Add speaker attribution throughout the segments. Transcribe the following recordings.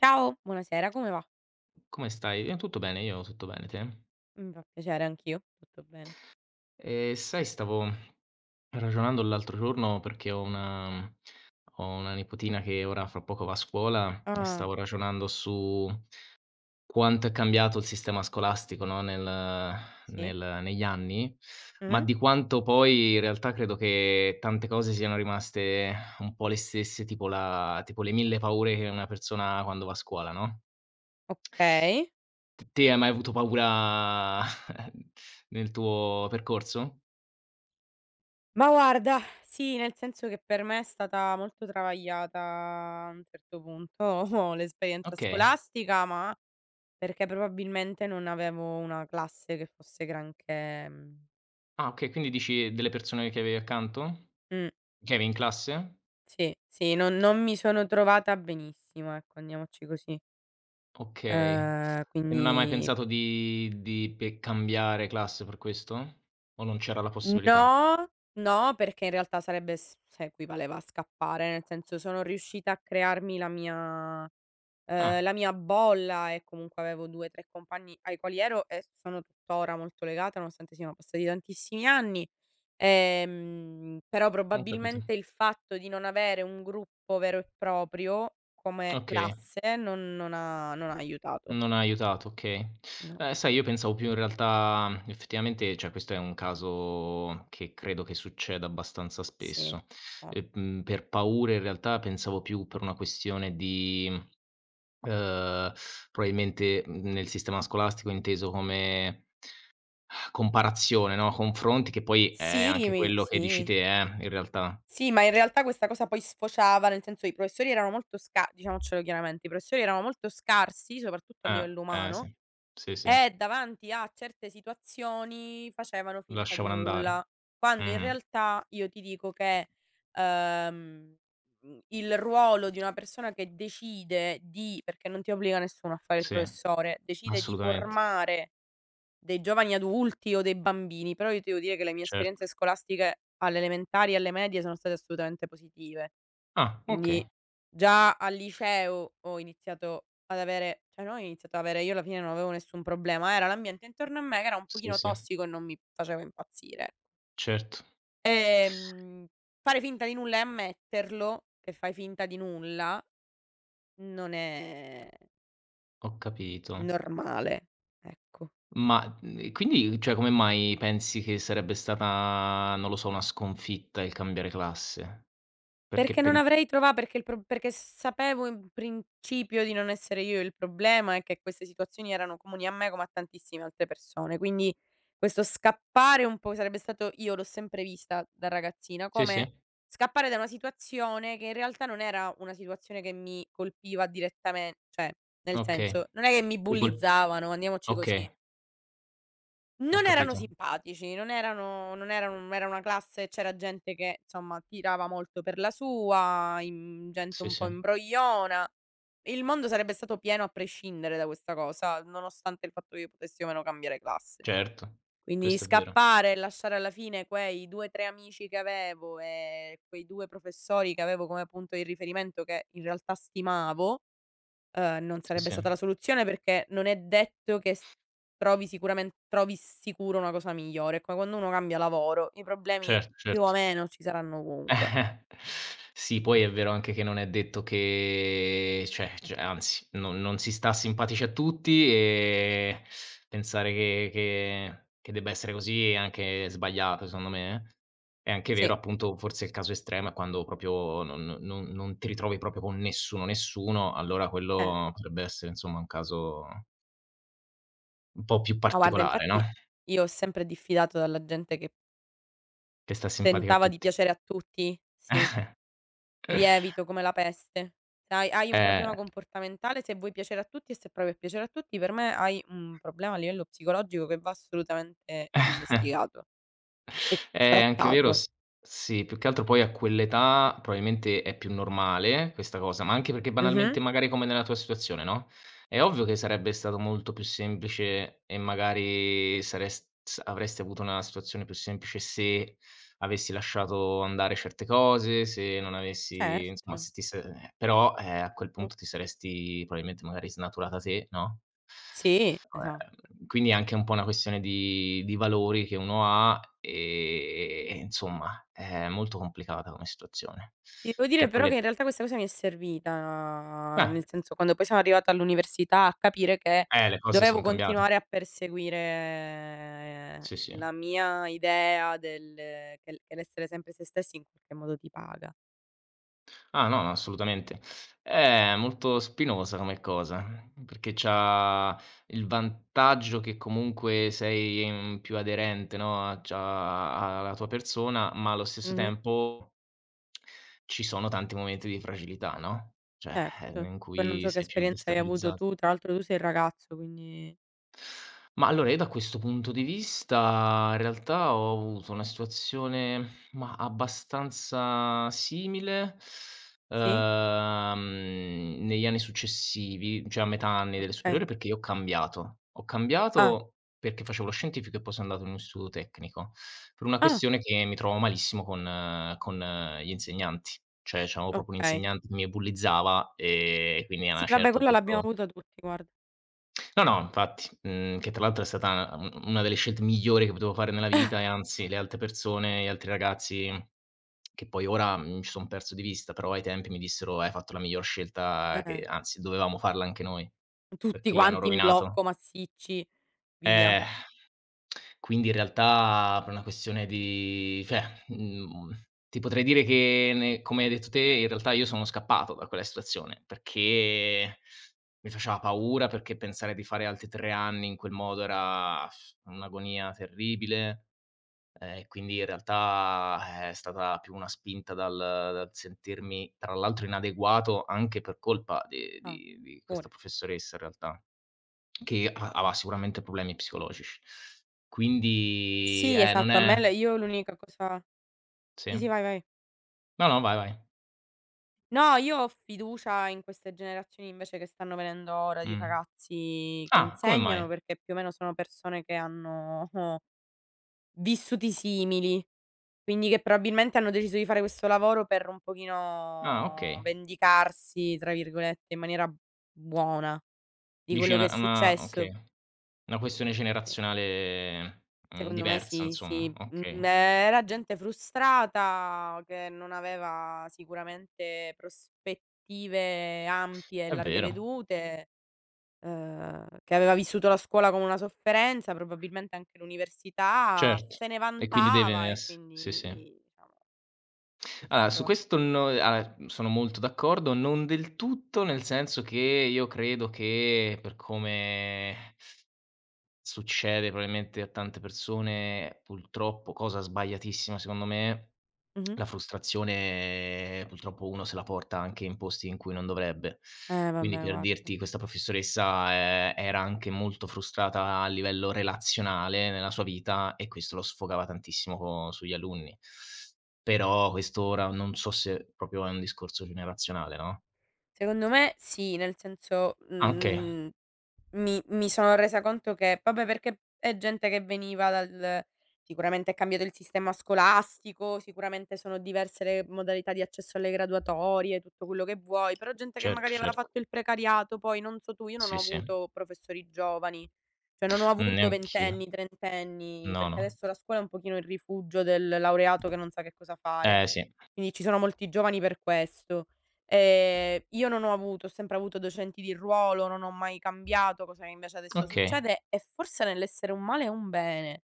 Speaker 1: Ciao, buonasera, come va?
Speaker 2: Come stai? Io tutto bene, te?
Speaker 1: Mi fa piacere, anch'io. Tutto bene.
Speaker 2: Sai stavo ragionando l'altro giorno perché ho una nipotina che ora fra poco va a scuola e
Speaker 1: Ah,
Speaker 2: stavo ragionando su quanto è cambiato il sistema scolastico, no, nel
Speaker 1: sì?
Speaker 2: nel negli anni, ma
Speaker 1: Mh-mh.
Speaker 2: di quanto poi in realtà credo che tante cose siano rimaste un po' le stesse, tipo le 1000 paure che una persona ha quando va a scuola, no?
Speaker 1: Okay.
Speaker 2: T te hai mai avuto paura nel tuo percorso?
Speaker 1: Ma guarda, sì, nel senso che per me è stata molto travagliata a un certo punto l'esperienza
Speaker 2: Okay.
Speaker 1: scolastica, ma perché probabilmente non avevo una classe che fosse granché. Mhmm
Speaker 2: Ah, okay, quindi dici delle persone che avevi accanto?
Speaker 1: mh,
Speaker 2: Che avevi in classe?
Speaker 1: sì, sì, non mi sono trovata benissimo, ecco, andiamoci così.
Speaker 2: Okay. E non hai mai
Speaker 1: Quindi
Speaker 2: pensato di pe cambiare classe per questo? O non c'era la possibilità?
Speaker 1: no, no, perché in realtà sarebbe s cioè equivaleva a scappare, nel senso sono riuscita a crearmi
Speaker 2: Ah,
Speaker 1: la mia bolla e comunque avevo 2, 3 compagni ai quali ero e sono tuttora molto legata, nonostante siano passati tantissimi anni. Però
Speaker 2: ho capito.
Speaker 1: probabilmente il fatto di non avere un gruppo vero e proprio come
Speaker 2: Okay,
Speaker 1: classe non ha aiutato.
Speaker 2: non ha aiutato, okay.
Speaker 1: No,
Speaker 2: Sai, io pensavo più in realtà effettivamente cioè questo è un caso che credo che succeda abbastanza
Speaker 1: sì,
Speaker 2: spesso. E,
Speaker 1: molto.
Speaker 2: per paure in realtà pensavo più per una questione di. Uhm, Probabilmente, nel sistema scolastico inteso come comparazione, no, confronti, che poi è
Speaker 1: Sì,
Speaker 2: anche
Speaker 1: mi
Speaker 2: quello che dici
Speaker 1: sì.
Speaker 2: te, in realtà.
Speaker 1: Sì, ma in realtà questa cosa poi sfociava, nel senso i professori erano molto sca diciamocelo chiaramente, i professori erano molto scarsi, soprattutto a livello umano,
Speaker 2: Sì. Sì, sì,
Speaker 1: e davanti a certe situazioni facevano finta di
Speaker 2: lasciavano andare.
Speaker 1: nulla. Quando in
Speaker 2: Mh-mh.
Speaker 1: realtà io ti dico che, ehm, il ruolo di una persona che decide di perché non ti obbliga nessuno a fare il
Speaker 2: Sì,
Speaker 1: professore, decide di
Speaker 2: assolutamente,
Speaker 1: formare dei giovani adulti o dei bambini, però io ti devo dire che le mie esperienze
Speaker 2: certo.
Speaker 1: scolastiche alle elementari e alle medie sono state assolutamente positive.
Speaker 2: Ah, okay.
Speaker 1: Quindi già al liceo ho iniziato ad avere, cioè non ho iniziato ad avere, io alla fine non avevo nessun problema, era l'ambiente intorno a me che era un
Speaker 2: Sì,
Speaker 1: pochino
Speaker 2: sì,
Speaker 1: tossico e non mi faceva impazzire.
Speaker 2: certo,
Speaker 1: Ehm, Fare finta di nulla e ammetterlo, che fai finta di nulla, non è
Speaker 2: ho capito.
Speaker 1: normale, ecco.
Speaker 2: Ma, e quindi, cioè, come mai pensi che sarebbe stata, non lo so, una sconfitta il cambiare classe? Perché
Speaker 1: Perché non
Speaker 2: pen
Speaker 1: avrei trova perché il pro perché sapevo in principio di non essere io il problema e che queste situazioni erano comuni a me come a tantissime altre persone. Quindi questo scappare un po' sarebbe stato, io l'ho sempre vista da ragazzina,
Speaker 2: Sì, sì,
Speaker 1: come scappare da una situazione che in realtà non era una situazione che mi colpiva direttamen cioè, nel
Speaker 2: okay.
Speaker 1: senso, non è che mi
Speaker 2: Ti col
Speaker 1: bullizzavano, andiamoci
Speaker 2: Okay,
Speaker 1: così.
Speaker 2: ho
Speaker 1: Non erano
Speaker 2: capito.
Speaker 1: simpatici, non erano non era una classe, c'era gente che, insomma, tirava molto per la sua, in gente
Speaker 2: Sì,
Speaker 1: un
Speaker 2: sì,
Speaker 1: po' imbrogliona. Il mondo sarebbe stato pieno a prescindere da questa cosa, nonostante il fatto che io potessi o meno cambiare classe.
Speaker 2: certo.
Speaker 1: Quindi
Speaker 2: Questo è vero.
Speaker 1: scappare e lasciare alla fine quei 2, 3 amici che avevo e quei 2 professori che avevo come punto di riferimento, che in realtà stimavo. Non
Speaker 2: Sì,
Speaker 1: sarebbe
Speaker 2: sì.
Speaker 1: stata la soluzione perché non è detto che s trovi sicuramen trovi sicuro una cosa migliore. È come quando uno cambia lavoro, i problemi
Speaker 2: Certo,
Speaker 1: più o
Speaker 2: certo.
Speaker 1: meno ci saranno ovunque.
Speaker 2: Sì, poi è vero anche che non è detto che cioè anzi, non non si sta simpatici a tutti e pensare che che debba essere così è anche sbagliato secondo me, eh. È anche vero
Speaker 1: Sì,
Speaker 2: appunto forse il caso estremo è quando proprio non ti ritrovi proprio con nessuno, nessuno, allora
Speaker 1: eh.
Speaker 2: quello potrebbe essere insomma un caso un po' più
Speaker 1: Ma guarda,
Speaker 2: particolare, no?
Speaker 1: infatti io ho sempre diffidato dalla gente che
Speaker 2: Che sta simpatica a
Speaker 1: tentava di
Speaker 2: tutti.
Speaker 1: piacere a tutti. Sì, lievito come la peste. Sai, hai un
Speaker 2: Eh,
Speaker 1: problema comportamentale se vuoi piacere a tutti, e se provi a piacere a tutti, per me hai un problema a livello psicologico che va assolutamente investigato e
Speaker 2: è anche vero
Speaker 1: trattato.
Speaker 2: s sì, più che altro poi a quell'età probabilmente è più normale questa cosa, ma anche perché
Speaker 1: Mh-mh.
Speaker 2: banalmente magari come nella tua situazione, no, è ovvio che sarebbe stato molto più semplice e magari sarest s avresti avuto una situazione più semplice se avessi lasciato andare certe cose, se non avessi insomma
Speaker 1: Certo.
Speaker 2: se ti se però, a quel
Speaker 1: Mh,
Speaker 2: punto ti saresti probabilmente magari snaturata te, no?
Speaker 1: sì, esatto.
Speaker 2: Quindi è anche un po' una questione di valori che uno ha, e insomma è molto complicata come situazione,
Speaker 1: Ti devo dire
Speaker 2: perché
Speaker 1: però
Speaker 2: quelle
Speaker 1: che in realtà questa cosa mi è servita,
Speaker 2: eh,
Speaker 1: nel senso quando poi sono arrivata all'università, a capire che
Speaker 2: le cose
Speaker 1: dovevo
Speaker 2: son cambiate.
Speaker 1: continuare a perseguire
Speaker 2: Sì, sì.
Speaker 1: la mia idea del che l'essere sempre se stessi in qualche modo ti paga.
Speaker 2: Ah, no, no, assolutamente. È molto spinosa come cosa, perché c'ha il vantaggio che comunque sei, più aderente, no, a c'ha alla tua persona, ma allo stesso
Speaker 1: Mh-mh,
Speaker 2: tempo. Ci sono tanti momenti di fragilità, no, cioè,
Speaker 1: certo.
Speaker 2: in
Speaker 1: Poi non
Speaker 2: cui
Speaker 1: so che
Speaker 2: sei più
Speaker 1: esperienza hai avuto
Speaker 2: destabilizzata.
Speaker 1: tu, tra l'altro tu sei ragazzo, quindi
Speaker 2: Ma allora io da questo punto di vista in realtà ho avuto una situazione, mah, abbastanza simile, uhm,
Speaker 1: sì?
Speaker 2: negli anni successivi, cioè a metà anni delle
Speaker 1: Okay.
Speaker 2: superiori perché io ho cambiato. Ho
Speaker 1: Ah,
Speaker 2: cambiato perché facevo lo scientifico e poi sono andato in un istituto tecnico, per una
Speaker 1: ah,
Speaker 2: questione che mi trovavo malissimo con gli insegnanti. Cioè c'avevo proprio un
Speaker 1: okay.
Speaker 2: insegnante che mi bullizzava, quindi a
Speaker 1: Sì,
Speaker 2: una
Speaker 1: vabbè,
Speaker 2: certa ho
Speaker 1: quella l'abbiamo
Speaker 2: detto.
Speaker 1: avuta tutti, guarda.
Speaker 2: No, no, infatti, che tra l'altro è stata u una delle scelte migliori che potevo fare nella vita e anzi le altre persone, gli altri ragazzi che poi ora, ci son perso di vista, però ai tempi mi dissero: "Hai fatto la miglior scelta che
Speaker 1: Eh.
Speaker 2: anzi dovevamo farla anche noi,
Speaker 1: Tutti
Speaker 2: perché gli hanno
Speaker 1: quanti in
Speaker 2: rovinato".
Speaker 1: blocco, massicci, via.
Speaker 2: Eh. Quindi in realtà per una questione di cioè, ti potrei dire che ne come hai detto te, in realtà io sono scappato da quella situazione, perché mi faceva paura, perché pensare di fare altri 3 anni in quel modo era un'agonia terribile, quindi in realtà è stata più una spinta dal sentirmi tra l'altro inadeguato anche per colpa di
Speaker 1: Ah,
Speaker 2: di di questa
Speaker 1: pure.
Speaker 2: professoressa in realtà. Che ha aveva sicuramente problemi psicologici. Quindi,
Speaker 1: Sì,
Speaker 2: non
Speaker 1: esatto, a
Speaker 2: è
Speaker 1: me l'unica cosa
Speaker 2: sì?
Speaker 1: sì, sì, vai, vai.
Speaker 2: No, no, vai, vai.
Speaker 1: No, io ho fiducia in queste generazioni invece che stanno venendo ora di
Speaker 2: Mh.
Speaker 1: ragazzi che
Speaker 2: Ah, come
Speaker 1: insegnano,
Speaker 2: mai?
Speaker 1: perché più o meno sono persone che hanno vissuti simili, quindi che probabilmente hanno deciso di fare questo lavoro per un
Speaker 2: Ah,
Speaker 1: pochino
Speaker 2: okay.
Speaker 1: "vendicarsi", tra virgolette, in maniera buona di
Speaker 2: Dici
Speaker 1: quello che è
Speaker 2: è una okay,
Speaker 1: successo.
Speaker 2: una questione
Speaker 1: Sì.
Speaker 2: generazionale,
Speaker 1: Secondo me
Speaker 2: diversa
Speaker 1: sì,
Speaker 2: insomma,
Speaker 1: sì. Mhmm,
Speaker 2: okay.
Speaker 1: Era gente frustrata che non aveva sicuramente prospettive ampie e
Speaker 2: È
Speaker 1: larghe
Speaker 2: vero,
Speaker 1: vedute, che aveva vissuto la scuola come una sofferenza, probabilmente anche l'università,
Speaker 2: certo.
Speaker 1: se ne
Speaker 2: E quindi deve
Speaker 1: vantava, e
Speaker 2: ess sì, sì.
Speaker 1: quindi diciamo
Speaker 2: Allora, su
Speaker 1: questo.
Speaker 2: questo no allora, sono molto d'accordo, non del tutto, nel senso che io credo che per come. Succede probabilmente a tante persone, purtroppo, cosa sbagliatissima secondo me,
Speaker 1: Mh-mh.
Speaker 2: la frustrazione purtroppo uno se la porta anche in posti in cui non dovrebbe.
Speaker 1: Eh
Speaker 2: Quindi
Speaker 1: vabbè,
Speaker 2: per
Speaker 1: guarda.
Speaker 2: dirti questa professoressa, era anche molto frustrata a livello relazionale nella sua vita e questo lo sfogava tantissimo co sugli alunni. Però questo ora non so se proprio è un discorso generazionale, no?
Speaker 1: Secondo me sì, nel senso,
Speaker 2: Ah okay,
Speaker 1: mhmm mi sono resa conto che vabbè, perché è gente che veniva dal, sicuramente è cambiato il sistema scolastico, sicuramente sono diverse le modalità di accesso alle graduatorie, tutto quello che vuoi, però gente che
Speaker 2: certo,
Speaker 1: magari aveva
Speaker 2: certo.
Speaker 1: fatto il precariato, poi non so tu, io non
Speaker 2: Sì,
Speaker 1: ho
Speaker 2: sì.
Speaker 1: avuto professori giovani, cioè non ho avuto
Speaker 2: Neanch'io.
Speaker 1: ventenni, trentenni,
Speaker 2: No,
Speaker 1: perché
Speaker 2: no.
Speaker 1: adesso la scuola è un pochino il rifugio del laureato che non sa che cosa fare.
Speaker 2: Eh sì.
Speaker 1: Quindi ci sono molti giovani per questo. Io non ho avuto Ho sempre avuto docenti di ruolo, non ho mai cambiato, cosa che invece adesso
Speaker 2: Okay,
Speaker 1: succede, e forse nell'essere un male è un bene,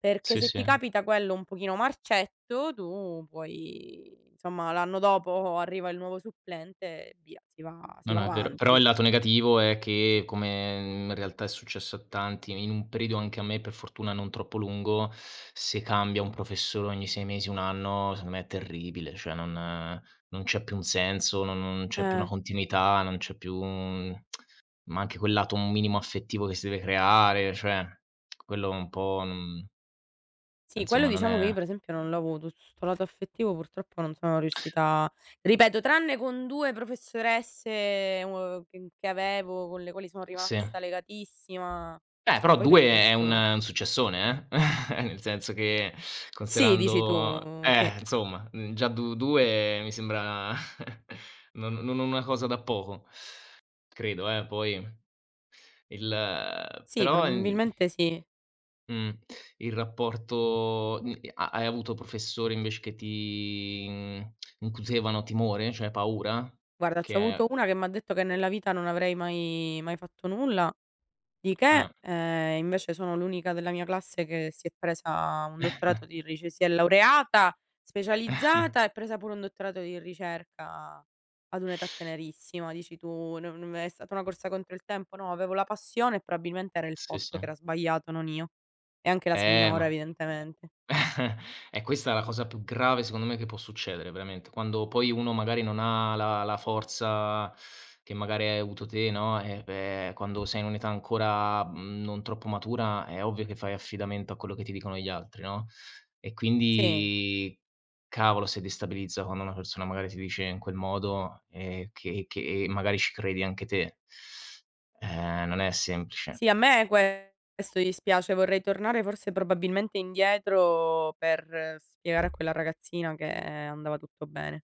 Speaker 1: perché
Speaker 2: sì,
Speaker 1: se
Speaker 2: sì.
Speaker 1: ti capita quello un pochino marcetto, tu puoi insomma l'anno dopo arriva il nuovo supplente e via, si va
Speaker 2: No,
Speaker 1: si
Speaker 2: no,
Speaker 1: va
Speaker 2: è vero. Però il
Speaker 1: avanti.
Speaker 2: lato negativo è che, come in realtà è successo a tanti, in un periodo anche a me, per fortuna non troppo lungo, se cambia un professore ogni 6 mesi, 1 anno, secondo me è terribile, cioè non c'è più un senso, non c'è più una
Speaker 1: Eh.
Speaker 2: continuità, non c'è più un ma anche quel lato un minimo affettivo che si deve creare, cioè quello un po' non
Speaker 1: Sì, quello
Speaker 2: insomma non
Speaker 1: diciamo che
Speaker 2: è
Speaker 1: io per esempio non l'ho avuto, su 'sto lato affettivo purtroppo non sono riuscita, ripeto, tranne con 2 professoresse, che avevo, con le quali sono
Speaker 2: sì.
Speaker 1: rimasta legatissima, ma
Speaker 2: Però
Speaker 1: poi per
Speaker 2: 2
Speaker 1: il
Speaker 2: è un
Speaker 1: resto
Speaker 2: un successone, nel senso che
Speaker 1: sì, dici tu,
Speaker 2: considerando
Speaker 1: sì.
Speaker 2: insomma, già du 2 mi sembra non non una cosa da poco, credo, poi il
Speaker 1: Sì,
Speaker 2: però,
Speaker 1: probabilmente sì.
Speaker 2: mh, il rapporto ha hai avuto professori invece che ti, incutevano timore, cioè paura?
Speaker 1: Guarda, c'ho
Speaker 2: Che
Speaker 1: avuto una che m'ha detto che nella vita non avrei mai fatto nulla di
Speaker 2: eh,
Speaker 1: che, invece sono l'unica della mia classe che si è laureata, specializzata e presa pure un dottorato di ricerca ad un'età tenerissima. Dici tu: "No, non è stata una corsa contro il tempo". No, avevo la passione e probabilmente era il
Speaker 2: sì, sì.
Speaker 1: posto che era sbagliato, non io. E anche la signora
Speaker 2: Ma
Speaker 1: evidentemente.
Speaker 2: Questa è la cosa più grave secondo me che può succedere veramente, quando poi uno magari non ha la forza che magari hai avuto te, no, beh, quando sei in un'età ancora, non troppo matura è ovvio che fai affidamento a quello che ti dicono gli altri, no, e
Speaker 1: Sì,
Speaker 2: quindi cavolo se destabilizza quando una persona magari ti dice in quel modo, che magari ci credi anche te. Non è semplice.
Speaker 1: sì, a me questo dispiace, vorrei tornare forse probabilmente indietro per spiegare a quella ragazzina che andava tutto bene.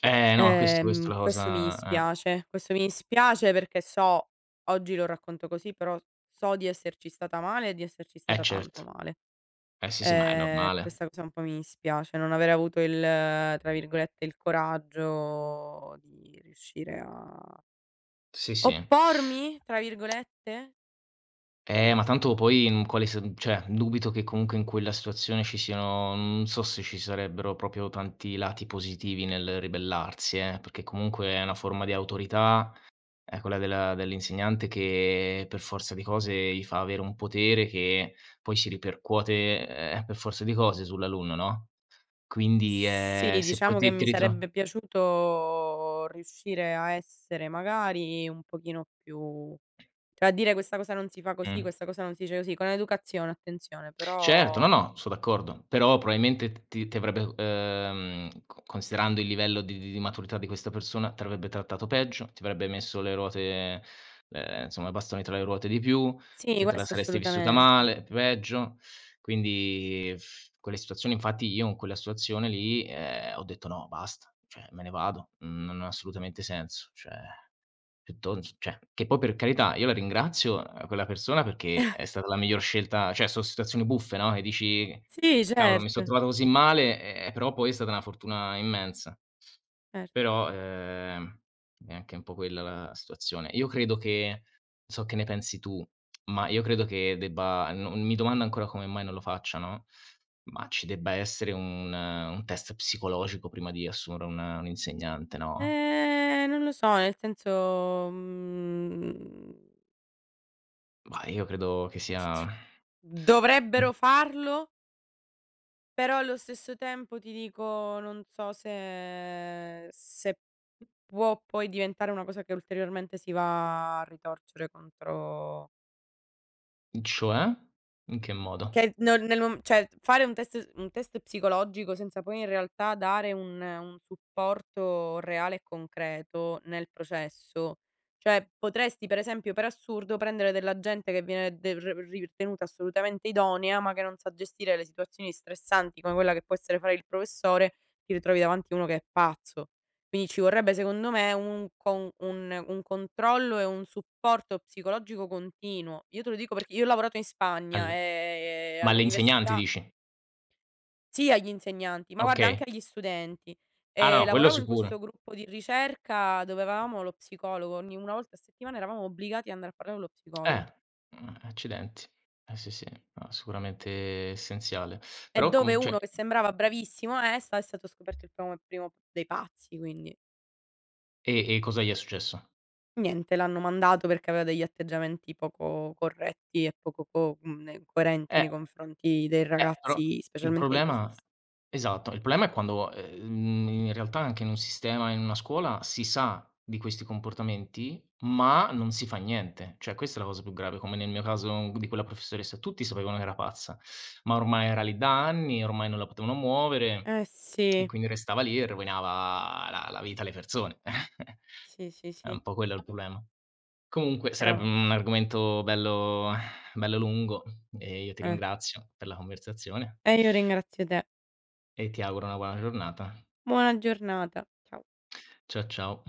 Speaker 2: Eh no, questo è la
Speaker 1: Questo mi
Speaker 2: cosa.
Speaker 1: dispiace, questo mi dispiace perché so, oggi lo racconto così, però so di esserci stata male e di esserci
Speaker 2: Eh
Speaker 1: stata
Speaker 2: certo.
Speaker 1: tanto male.
Speaker 2: Eh sì, sì, ma è normale.
Speaker 1: Questa cosa un po' mi dispiace, non aver avuto, il tra virgolette, "il coraggio" di riuscire a
Speaker 2: Sì, sì.
Speaker 1: "oppormi", tra virgolette? Sì.
Speaker 2: Ma tanto poi in quale s cioè, dubito che comunque in quella situazione ci siano non so se ci sarebbero proprio tanti lati positivi nel ribellarsi, perché comunque è una forma di autorità, è quella della dell'insegnante che per forza di cose gli fa avere un potere che poi si ripercuote, per forza di cose sull'alunno, no, quindi,
Speaker 1: Sì,
Speaker 2: se poi
Speaker 1: diciamo che
Speaker 2: te ti
Speaker 1: mi
Speaker 2: ritro
Speaker 1: sarebbe piaciuto riuscire a essere magari un pochino più, cioè a dire: "Questa cosa non si fa così,
Speaker 2: mh.
Speaker 1: questa cosa non si dice così", con educazione, attenzione,
Speaker 2: Certo, no,
Speaker 1: però
Speaker 2: no, so' d'accordo. Però probabilmente t ti ti avrebbe, co considerando il livello di maturità di questa persona, t'avrebbe trattato peggio, ti avrebbe messo le ruote insomma i bastoni tra le ruote di più,
Speaker 1: sì,
Speaker 2: te la
Speaker 1: questo
Speaker 2: saresti vissuta
Speaker 1: assolutamente.
Speaker 2: male, peggio. Quindi quelle situazioni infatti io in quella situazione lì, ho detto: "No, basta, cioè me ne vado, non ha assolutamente senso." Cioè Piuttos cioè, che poi per carità io la ringrazio, quella persona perché è stata la miglior scelta cioè so' situazioni buffe, no, che dici:
Speaker 1: Sì,
Speaker 2: "Cavolo mi so'
Speaker 1: certo,
Speaker 2: trovato così male", però poi è stata una fortuna immensa.
Speaker 1: cer
Speaker 2: Però, è anche un po' quella la situazione. Io credo che so che ne pensi tu, ma io credo che debba non mi domando ancora come mai non lo faccia, no, ma ci debba essere un test psicologico prima di assumere un insegnante, no?
Speaker 1: non lo so, nel senso,
Speaker 2: Mah, io credo che sia mh,
Speaker 1: dovrebbero farlo, però allo stesso tempo ti dico non so se se può poi diventare una cosa che ulteriormente si va a ritorcere contro.
Speaker 2: cioè? In che modo?
Speaker 1: Che non nel mom cioè fare un test psicologico senza poi in realtà dare un supporto reale e concreto nel processo. Cioè potresti per esempio, per assurdo, prendere della gente che viene de r ritenuta assolutamente idonea, ma che non sa gestire le situazioni stressanti come quella che può essere fare il professore, ti ritrovi davanti uno che è pazzo. Quindi ci vorrebbe secondo me un controllo e un supporto psicologico continuo. Io te lo dico perché io ho lavorato in Spagna,
Speaker 2: Al ma alle insegnanti
Speaker 1: all'università,
Speaker 2: dici?
Speaker 1: sì, agli insegnanti, ma guarda,
Speaker 2: Okay.
Speaker 1: anche agli studenti.
Speaker 2: Ah no, no, quello
Speaker 1: Lavoravo in
Speaker 2: sicuro.
Speaker 1: questo gruppo di ricerca dove avevamo lo psicologo, ogni una volta a settimana eravamo obbligati ad andare a parlare con lo
Speaker 2: Eh,
Speaker 1: psicologo,
Speaker 2: accidenti. Eh sì, sì, no, sicuramente essenziale.
Speaker 1: e
Speaker 2: Però
Speaker 1: dove
Speaker 2: come cioè
Speaker 1: uno che sembrava bravissimo a ESTA è stato scoperto il primo dei pazzi, quindi
Speaker 2: e cosa gli è successo?
Speaker 1: niente, l'hanno mandato perché aveva degli atteggiamenti poco corretti e poco co mhmm, ne coerenti
Speaker 2: Eh,
Speaker 1: nei confronti dei
Speaker 2: però
Speaker 1: ragazzi,
Speaker 2: il
Speaker 1: specialmente dei
Speaker 2: problema.
Speaker 1: tesist
Speaker 2: Esatto, il problema è quando, in realtà anche in un sistema, in una scuola, si sa di questi comportamenti, ma non si fa niente. Cioè questa è la cosa più grave, come nel mio caso di quella professoressa, tutti sapevano che era pazza, ma ormai era lì da anni, ormai non la potevano muovere
Speaker 1: eh
Speaker 2: e
Speaker 1: sì,
Speaker 2: quindi restava lì e rovinava la vita alle persone.
Speaker 1: sì, sì,
Speaker 2: È
Speaker 1: sì,
Speaker 2: un po' quello il problema. Comunque sarebbe
Speaker 1: però
Speaker 2: un argomento bello bello lungo e io ti
Speaker 1: eh.
Speaker 2: ringrazio per la conversazione
Speaker 1: E io ringrazio te.
Speaker 2: e ti auguro una buona giornata.
Speaker 1: Buona giornata. Ciao.
Speaker 2: Ciao, ciao.